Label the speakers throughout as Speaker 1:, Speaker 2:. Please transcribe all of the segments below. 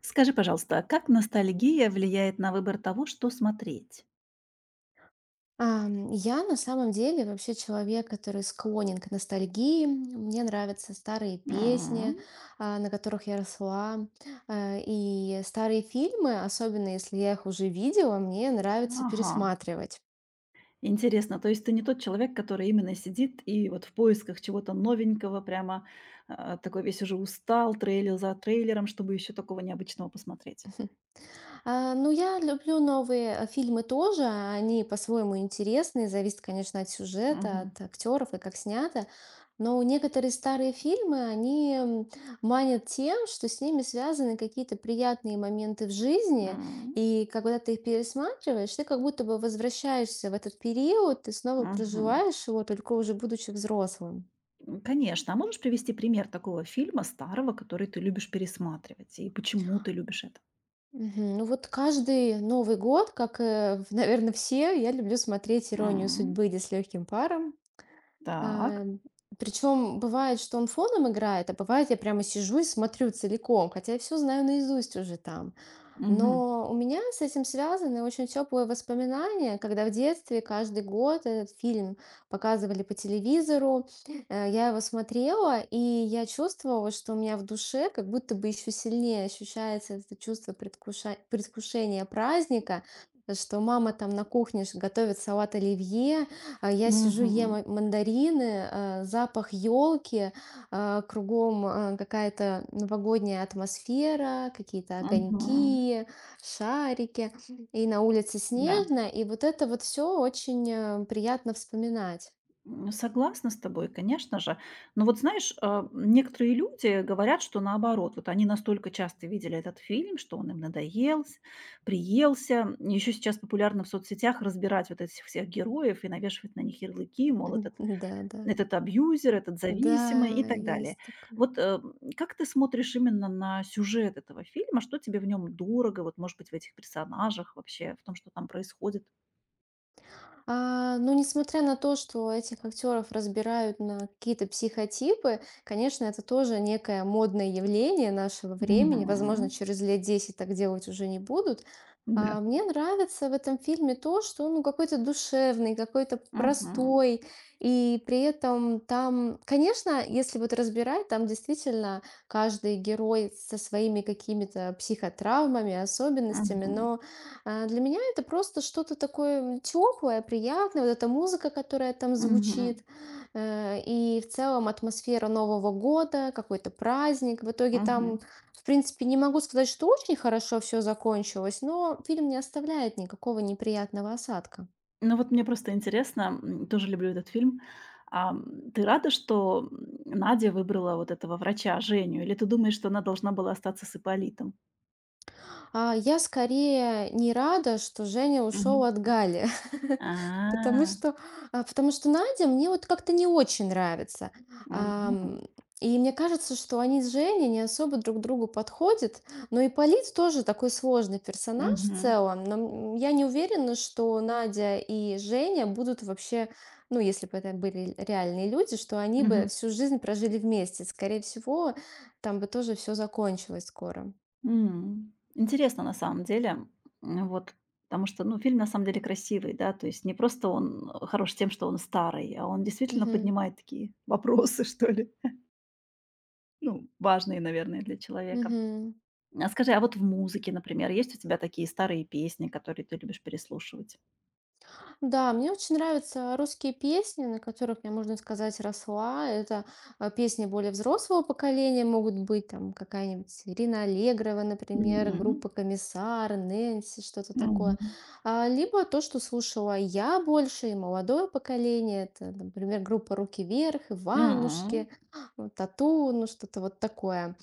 Speaker 1: Скажи, пожалуйста, а как ностальгия влияет на выбор того, что смотреть?
Speaker 2: Я на самом деле вообще человек, который склонен к ностальгии. Мне нравятся старые песни,
Speaker 1: М.
Speaker 2: на которых я росла, и старые фильмы, особенно если я их уже видела, мне нравится
Speaker 1: Ага.
Speaker 2: пересматривать.
Speaker 1: Интересно, то есть ты не тот человек, который именно сидит и вот в поисках чего-то новенького, прямо такой весь уже устал, трейлер за трейлером, чтобы еще такого необычного посмотреть.
Speaker 2: Ну, я люблю новые, фильмы тоже. Они по-своему интересные. Зависит, конечно, от сюжета,
Speaker 1: Мгм.
Speaker 2: от актеров и как снято. Но некоторые старые фильмы, они манят тем, что с ними связаны какие-то приятные моменты в жизни.
Speaker 1: М.
Speaker 2: И когда ты их пересматриваешь, ты как будто бы возвращаешься в этот период, ты снова
Speaker 1: Мгм.
Speaker 2: проживаешь его, только уже будучи взрослым.
Speaker 1: М. Конечно. А можешь привести пример такого фильма старого, который ты любишь пересматривать? И почему ты любишь это?
Speaker 2: Мгм. Ну вот каждый Новый год, как, наверное, все, я люблю смотреть «Иронию
Speaker 1: М.
Speaker 2: судьбы» или «С легким паром».
Speaker 1: Так.
Speaker 2: Причем бывает, что он фоном играет, а бывает, я прямо сижу и смотрю целиком, хотя я все знаю наизусть уже там.
Speaker 1: Мгм.
Speaker 2: Но у меня с этим связаны очень теплые воспоминания, когда в детстве каждый год этот фильм показывали по телевизору. Я его смотрела, и я чувствовала, что у меня в душе как будто бы еще сильнее ощущается это чувство предвкушения праздника, что мама там на кухне готовит салат оливье, а я сижу ем
Speaker 1: Мгм.
Speaker 2: мандарины, запах елки, кругом какая-то новогодняя атмосфера, какие-то
Speaker 1: Мгм.
Speaker 2: огоньки, шарики, и на улице
Speaker 1: Да.
Speaker 2: снежно, и вот это вот все очень приятно вспоминать.
Speaker 1: М. Согласна с тобой, конечно же. Но вот знаешь, некоторые люди говорят, что наоборот, вот они настолько часто видели этот фильм, что он им надоел, приелся. Еще сейчас популярно в соцсетях разбирать вот этих всех героев и навешивать на них ярлыки, мол, этот,
Speaker 2: Да, да.
Speaker 1: этот абьюзер, этот зависимый и
Speaker 2: Да,
Speaker 1: так далее.
Speaker 2: есть такое.
Speaker 1: Вот как ты смотришь именно на сюжет этого фильма? Что тебе в нем дорого, вот, может быть, в этих персонажах вообще, в том, что там происходит?
Speaker 2: Ну, несмотря на то, что этих актеров разбирают на какие-то психотипы, конечно, это тоже некое модное явление нашего времени. Возможно,
Speaker 1: Мгм.
Speaker 2: через лет 10 так делать уже не будут.
Speaker 1: Да.
Speaker 2: Мне нравится в этом фильме то, что он, ну, какой-то душевный, какой-то
Speaker 1: Мгм.
Speaker 2: простой, и при этом там, конечно, если вот разбирать, там действительно каждый герой со своими какими-то психотравмами, особенностями,
Speaker 1: Мгм.
Speaker 2: но для меня это просто что-то такое, теплое, приятное, вот эта музыка, которая там
Speaker 1: Мгм,
Speaker 2: звучит, и в целом атмосфера Нового года, какой-то праздник. В итоге там,
Speaker 1: мгм.
Speaker 2: в принципе, не могу сказать, что очень хорошо все закончилось, но фильм не оставляет никакого неприятного осадка.
Speaker 1: Ну вот мне просто интересно, тоже люблю этот фильм. Ты рада, что, Надя выбрала вот этого врача, Женю, или ты думаешь, что она должна была остаться с Ипполитом?
Speaker 2: Я скорее не рада, что Женя ушел
Speaker 1: Мгм.
Speaker 2: от Гали.
Speaker 1: А,
Speaker 2: потому что, потому что Надя мне вот как-то не очень нравится.
Speaker 1: мгм,
Speaker 2: Ам, и мне кажется, что они с Женей не особо друг другу подходят. Но и Полит тоже такой сложный персонаж в
Speaker 1: мгм,
Speaker 2: целом. Но я не уверена, что Надя и Женя будут вообще, ну, если бы это были реальные люди, что они бы
Speaker 1: мгм.
Speaker 2: всю жизнь прожили вместе. Скорее всего, там бы тоже все закончилось скоро.
Speaker 1: М. Интересно на самом деле, вот, потому что, ну, фильм на самом деле красивый, да, то есть не просто он, хорош тем, что он старый, а он действительно
Speaker 2: Мгм.
Speaker 1: поднимает такие вопросы, что ли, ну, важные, наверное, для человека.
Speaker 2: Мгм.
Speaker 1: А скажи, а вот в музыке, например, есть у тебя такие старые песни, которые ты любишь переслушивать?
Speaker 2: Да, мне очень нравятся русские песни, на которых я, можно сказать, росла. Это песни более взрослого поколения могут быть, там какая-нибудь Ирина Аллегрова, например,
Speaker 1: Мгм.
Speaker 2: группа «Комиссар», «Нэнси», что-то такое.
Speaker 1: Мгм.
Speaker 2: Либо то, что слушала я больше, и молодое поколение, это, например, группа «Руки вверх»,
Speaker 1: М.
Speaker 2: «Иванушки», ну, «Тату», ну что-то вот такое.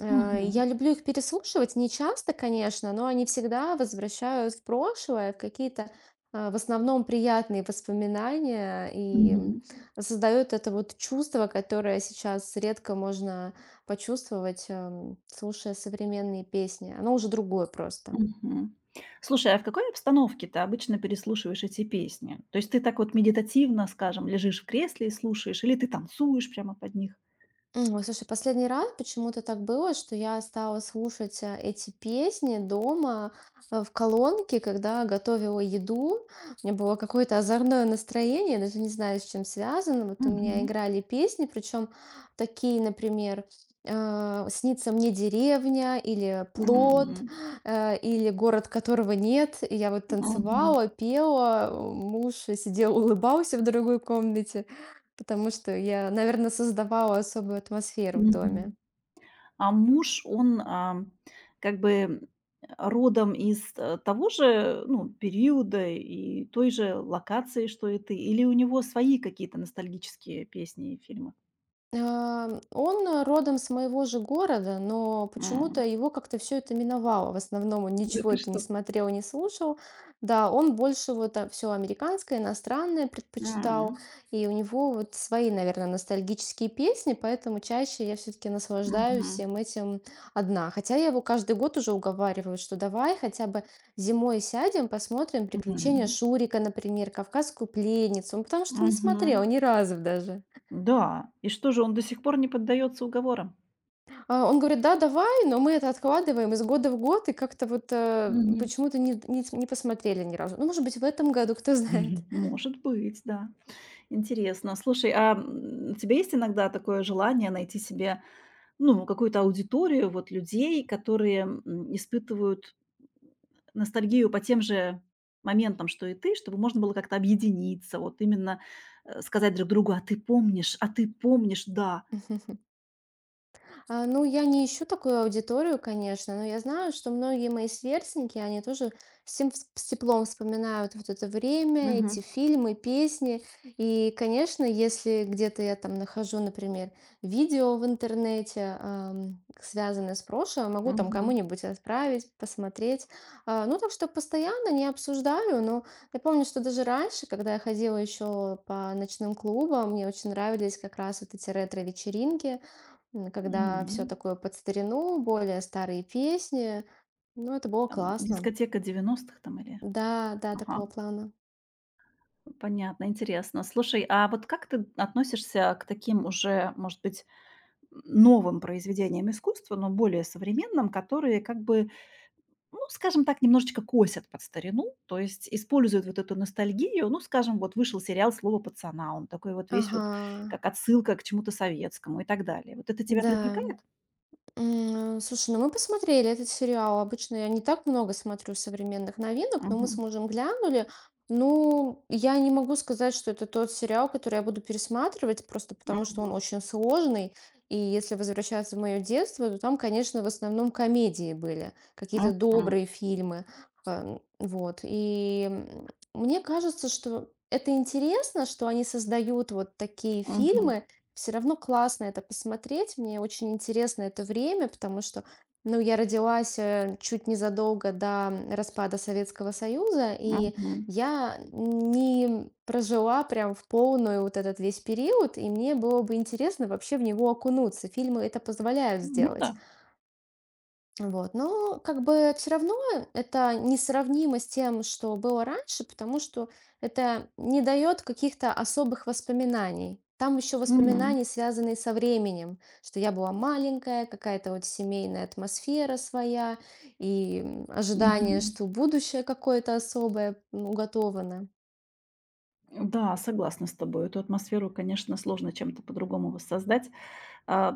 Speaker 2: Я
Speaker 1: Мгм.
Speaker 2: люблю их переслушивать, не часто, конечно, но они всегда возвращают в прошлое, в какие-то, в основном приятные воспоминания и,
Speaker 1: Мгм.
Speaker 2: создают это вот чувство, которое сейчас редко можно почувствовать, слушая современные песни. Оно уже другое просто.
Speaker 1: Мгм. Слушай, а в какой обстановке ты обычно переслушиваешь эти песни? То есть ты так вот медитативно, скажем, лежишь в кресле и слушаешь, или ты танцуешь прямо под них?
Speaker 2: Ой, слушай, последний раз почему-то так было, что я стала слушать, эти песни дома, в колонке, когда готовила еду. У меня было какое-то озорное настроение, я даже не знаю, с чем связано. Вот у меня
Speaker 1: Мгм.
Speaker 2: играли песни, причем такие, например, «Снится мне деревня» или «Плот»,
Speaker 1: М.
Speaker 2: или «Город, которого нет». И я вот
Speaker 1: Мгм.
Speaker 2: танцевала, пела, муж сидел, улыбался в другой комнате. Потому что я, наверное, создавала особую атмосферу в доме.
Speaker 1: Мгм. А муж, он, как бы, родом из, того же, ну, периода и той же локации, что и ты? Или у него свои какие-то ностальгические песни и фильмы?
Speaker 2: Он, родом с моего же города, но
Speaker 1: М.
Speaker 2: почему-то его как-то все это миновало. В основном он
Speaker 1: Да
Speaker 2: ничего
Speaker 1: ты
Speaker 2: это не
Speaker 1: что?
Speaker 2: смотрел, не слушал. Да, он больше вот все американское, иностранное предпочитал,
Speaker 1: М.
Speaker 2: и у него вот свои, наверное, ностальгические песни, поэтому чаще я все таки наслаждаюсь
Speaker 1: Мгм.
Speaker 2: всем этим одна. Хотя я его каждый год уже уговариваю, что давай хотя бы зимой сядем, посмотрим «Приключения
Speaker 1: Мгм.
Speaker 2: Шурика», например, «Кавказскую пленницу». Он потому что не смотрел
Speaker 1: Мгм.
Speaker 2: ни разу даже.
Speaker 1: Да. И что же, он до сих пор не поддается уговорам?
Speaker 2: А, он говорит: «Да, давай», но мы это откладываем из года в год и как-то вот,
Speaker 1: Мгм.
Speaker 2: почему-то не посмотрели ни разу. Ну, может быть, в этом году, кто знает.
Speaker 1: Может быть, да. Интересно. Слушай, у тебя есть иногда такое желание найти себе ну, какую-то аудиторию вот людей, которые, испытывают ностальгию по тем же моментам, что и ты, чтобы можно было как-то объединиться, вот именно, сказать друг другу: «А ты помнишь? А ты помнишь? Да».
Speaker 2: Ну, я не ищу такую аудиторию, конечно, но я знаю, что многие мои сверстники, они тоже с тем с теплом вспоминают вот это время, эти
Speaker 1: Мгм.
Speaker 2: фильмы, песни. И, конечно, если где-то я там нахожу, например, видео в интернете, связанное с прошлым, могу там
Speaker 1: Мгм.
Speaker 2: кому-нибудь отправить, посмотреть. Ну, так что постоянно не обсуждаю, но я помню, что даже раньше, когда я ходила еще по ночным клубам, мне очень нравились как раз вот эти ретро-вечеринки. Когда все
Speaker 1: Мгм.
Speaker 2: такое под старину, более старые песни. Ну, это было
Speaker 1: Там
Speaker 2: классно.
Speaker 1: дискотека 90-х, там или...
Speaker 2: Да, да,
Speaker 1: Ага,
Speaker 2: такого плана.
Speaker 1: понятно, интересно. Слушай, а вот как ты относишься к таким уже, может быть, новым произведениям искусства, но более современным, которые как бы. Ну, скажем так, немножечко косят под старину, то есть используют вот эту ностальгию. Ну, скажем, вот вышел сериал «Слово пацана», он такой вот весь вот
Speaker 2: Ага,
Speaker 1: как отсылка к чему-то советскому и так далее. Вот это тебя
Speaker 2: да.
Speaker 1: привлекает?
Speaker 2: Слушай, ну мы посмотрели этот сериал. Обычно я не так много смотрю современных новинок, но мы с
Speaker 1: Мгм.
Speaker 2: мужем глянули. Ну, я не могу сказать, что это тот сериал, который я буду пересматривать, просто потому что он
Speaker 1: Мгм.
Speaker 2: очень сложный. И если возвращаться в мое детство, то там, конечно, в основном комедии были, какие-то
Speaker 1: Мгм.
Speaker 2: добрые фильмы. Вот. И мне кажется, что это интересно, что они создают вот такие
Speaker 1: Мгм.
Speaker 2: фильмы, все равно классно это посмотреть. Мне очень интересно это время, потому что, ну, я родилась, чуть незадолго до распада Советского Союза, и
Speaker 1: Мгм.
Speaker 2: я не прожила прям в полную вот этот весь период, и мне было бы интересно вообще в него окунуться. Фильмы это позволяют
Speaker 1: Ну да.
Speaker 2: сделать. Вот. Но как бы все равно это несравнимо с тем, что было раньше, потому что это не дает каких-то особых воспоминаний. Там еще
Speaker 1: Мгм.
Speaker 2: воспоминания, связанные со временем, что я была маленькая, какая-то вот семейная атмосфера своя и ожидание,
Speaker 1: Мгм.
Speaker 2: что будущее какое-то особое уготовано.
Speaker 1: Да, согласна с тобой. Эту атмосферу, конечно, сложно чем-то по-другому воссоздать. А,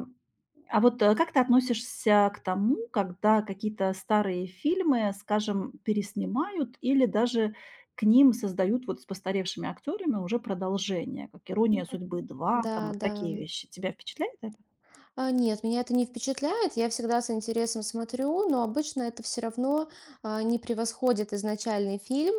Speaker 1: а вот, как ты относишься к тому, когда какие-то старые фильмы, скажем, переснимают или даже к ним создают вот с постаревшими актерами уже продолжение, как
Speaker 2: М,
Speaker 1: «Ирония судьбы 2»,
Speaker 2: Да,
Speaker 1: там вот
Speaker 2: да.
Speaker 1: такие вещи. Тебя впечатляет это?
Speaker 2: Нет, меня это не впечатляет. Я всегда с интересом смотрю, но обычно это все равно не превосходит изначальный фильм.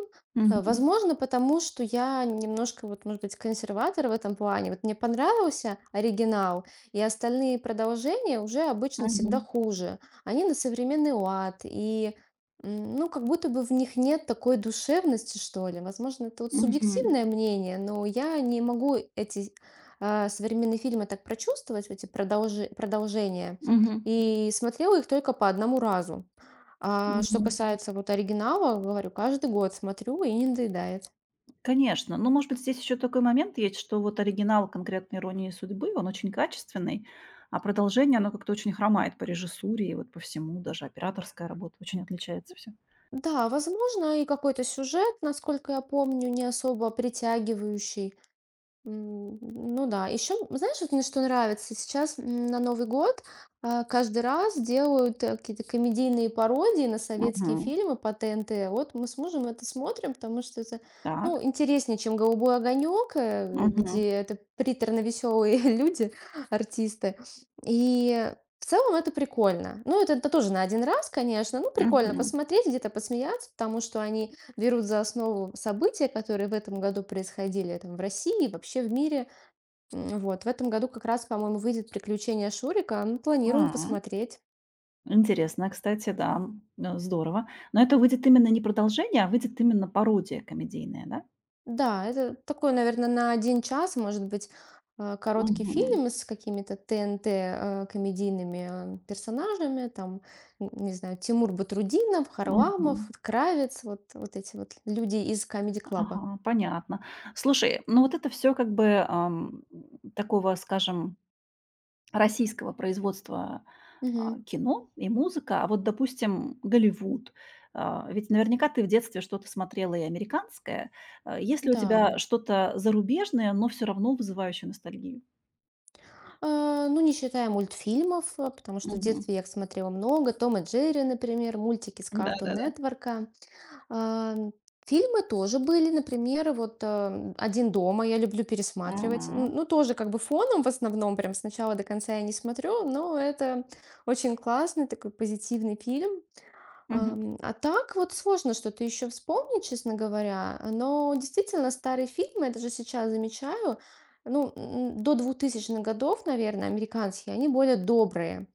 Speaker 1: Мгм.
Speaker 2: Возможно, потому что я немножко, вот, может быть, консерватор в этом плане. Вот мне понравился оригинал, и остальные продолжения уже обычно всегда
Speaker 1: Мгм.
Speaker 2: хуже. Они на современный лад, и, ну, как будто бы в них нет такой душевности, что ли. Возможно, это вот
Speaker 1: Мгм.
Speaker 2: субъективное мнение, но я не могу эти современные фильмы так прочувствовать, вот эти продолжения,
Speaker 1: Мгм.
Speaker 2: и смотрела их только по одному разу. А что
Speaker 1: Мгм.
Speaker 2: касается вот оригинала, говорю, каждый год смотрю и не надоедает.
Speaker 1: Конечно, ну может быть, здесь еще такой момент есть, что вот оригинал конкретной «Иронии судьбы», он очень качественный, а продолжение, оно как-то очень хромает по режиссуре и вот по всему, даже операторская работа очень отличается все.
Speaker 2: Да, возможно, и какой-то сюжет, насколько я помню, не особо притягивающий. Ну да. Еще, знаешь, вот мне что нравится? Сейчас, на Новый год, каждый раз делают, какие-то комедийные пародии на советские
Speaker 1: Мгм.
Speaker 2: фильмы по ТНТ. Вот мы с мужем это смотрим, потому что это,
Speaker 1: Так.
Speaker 2: ну, интереснее, чем «Голубой огонек»,
Speaker 1: Мгм.
Speaker 2: где это приторно-веселые люди, артисты. И в целом это прикольно. Ну, это тоже на один раз, конечно, ну прикольно
Speaker 1: Мгм.
Speaker 2: посмотреть, где-то посмеяться, потому что они берут за основу события, которые в этом году происходили там, в России и вообще в мире. Вот. В этом году как раз, по-моему, выйдет «Приключения Шурика». Ну, планируем
Speaker 1: М.
Speaker 2: посмотреть.
Speaker 1: Интересно, кстати, да, здорово. Но это выйдет именно не продолжение, а выйдет именно пародия комедийная, да?
Speaker 2: Да, это такой, наверное, на один час, может быть, короткий
Speaker 1: Мгм.
Speaker 2: фильм с какими-то ТНТ комедийными персонажами, там, не знаю, Тимур Батрудинов,
Speaker 1: Мгм.
Speaker 2: Харламов, вот Кравец, вот, вот эти вот люди из «Камеди Клаба».
Speaker 1: Ага, понятно. Слушай, ну вот это все как бы, такого, скажем, российского производства,
Speaker 2: Мгм.
Speaker 1: кино и музыка. А вот, допустим, Голливуд. А, ведь наверняка ты в детстве что-то смотрела и американское. А, есть ли у
Speaker 2: Да.
Speaker 1: тебя что-то зарубежное, но все равно вызывающее ностальгию?
Speaker 2: Ну, не считая мультфильмов, потому что в
Speaker 1: Мгм.
Speaker 2: детстве я их смотрела много. «Том и Джерри», например, мультики с Cartoon
Speaker 1: Да-да-да.
Speaker 2: Network. А, Фильмы тоже были, например, вот «Один дома» я люблю пересматривать.
Speaker 1: Мгм.
Speaker 2: Ну, тоже как бы фоном в основном, прям сначала до конца я не смотрю, но это очень классный такой позитивный фильм.
Speaker 1: Мгм.
Speaker 2: А так вот сложно что-то еще вспомнить, честно говоря. Но действительно старые фильмы, я даже сейчас замечаю, ну, до 2000-х годов, наверное, американские, они более добрые.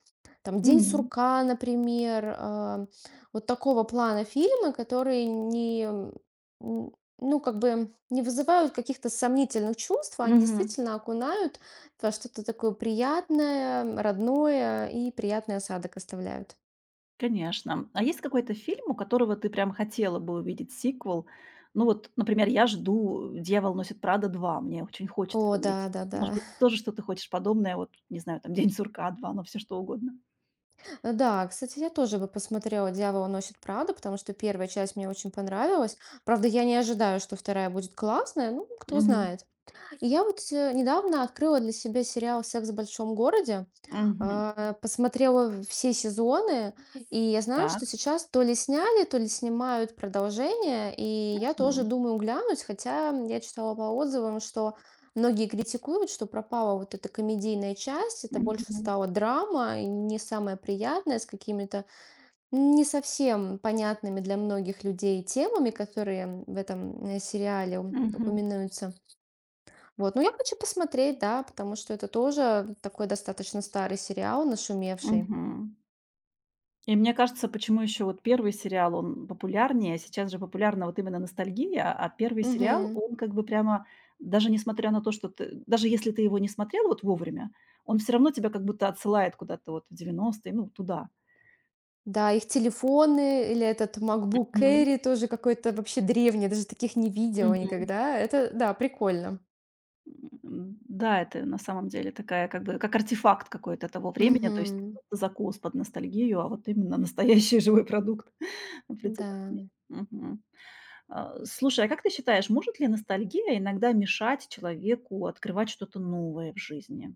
Speaker 2: Там «День
Speaker 1: Мгм.
Speaker 2: сурка», например, вот такого плана фильмы, которые не, м, н- ну, как бы не вызывают каких-то сомнительных чувств, они
Speaker 1: Мгм.
Speaker 2: действительно окунают во что-то такое приятное, родное, и приятный осадок оставляют.
Speaker 1: Конечно. А есть какой-то фильм, у которого ты прям хотела бы увидеть сиквел? Ну вот, например, я жду «Дьявол носит Прада 2». Мне очень хочется
Speaker 2: О,
Speaker 1: увидеть.
Speaker 2: да, да,
Speaker 1: Может
Speaker 2: да.
Speaker 1: быть, ты тоже что-то хочешь подобное, вот, не знаю, там «День сурка 2», но все что угодно.
Speaker 2: Да, кстати, я тоже бы посмотрела «Дьявол носит Прада», потому что первая часть мне очень понравилась. Правда, я не ожидаю, что вторая будет классная, ну, кто
Speaker 1: Мгм.
Speaker 2: знает. Я вот недавно открыла для себя сериал «Секс в большом городе»,
Speaker 1: Мгм.
Speaker 2: посмотрела все сезоны, и я знаю,
Speaker 1: Так.
Speaker 2: что сейчас то ли сняли, то ли снимают продолжение, и я тоже
Speaker 1: Мгм.
Speaker 2: думаю глянуть, хотя я читала по отзывам, что многие критикуют, что пропала вот эта комедийная часть, это больше
Speaker 1: Мгм.
Speaker 2: стала драма, и не самая приятная, с какими-то не совсем понятными для многих людей темами, которые в этом сериале
Speaker 1: Мгм.
Speaker 2: упоминаются. Вот, ну я хочу посмотреть, да, потому что это тоже такой достаточно старый сериал, нашумевший.
Speaker 1: Мгм. И мне кажется, почему еще вот первый сериал, он популярнее. А сейчас же популярна вот именно ностальгия, а первый сериал,
Speaker 2: Мгм.
Speaker 1: он как бы прямо, даже несмотря на то, что ты, даже если ты его не смотрел вот вовремя, он все равно тебя как будто отсылает куда-то вот в 90-е, ну, туда.
Speaker 2: Да, их телефоны или этот MacBook
Speaker 1: Мгм.
Speaker 2: Air тоже какой-то вообще древний, я даже таких не видела
Speaker 1: Мгм.
Speaker 2: никогда. Это, да, прикольно.
Speaker 1: М, да, это на самом деле такая как бы как артефакт какой-то того времени, то есть не
Speaker 2: Мгм.
Speaker 1: просто закус под ностальгию, а вот именно настоящий живой продукт
Speaker 2: Да.
Speaker 1: определенный. Мгм. Слушай, а как ты считаешь, может ли ностальгия иногда мешать человеку открывать что-то новое в жизни?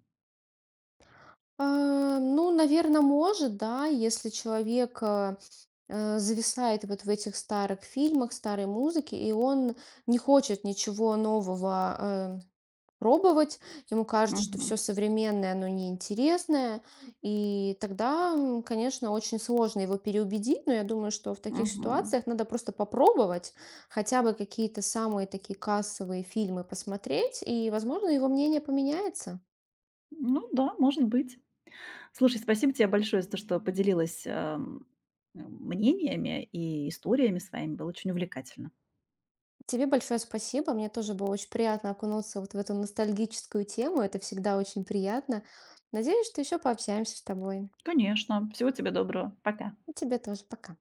Speaker 2: Ну, наверное, может, да, если человек зависает вот в этих старых фильмах, старой музыке, и он не хочет ничего нового пробовать. Ему кажется, что
Speaker 1: Мгм.
Speaker 2: все современное, оно неинтересное. И тогда, конечно, очень сложно его переубедить, но я думаю, что в таких
Speaker 1: Мгм.
Speaker 2: ситуациях надо просто попробовать хотя бы какие-то самые такие кассовые фильмы посмотреть, и, возможно, его мнение поменяется.
Speaker 1: Ну да, может быть. Слушай, спасибо тебе большое за то, что поделилась, мнениями и историями своими. Было очень увлекательно.
Speaker 2: Тебе большое спасибо. Мне тоже было очень приятно окунуться вот в эту ностальгическую тему. Это всегда очень приятно. Надеюсь, что еще пообщаемся с тобой.
Speaker 1: Конечно. Всего тебе доброго. Пока.
Speaker 2: И тебе тоже пока.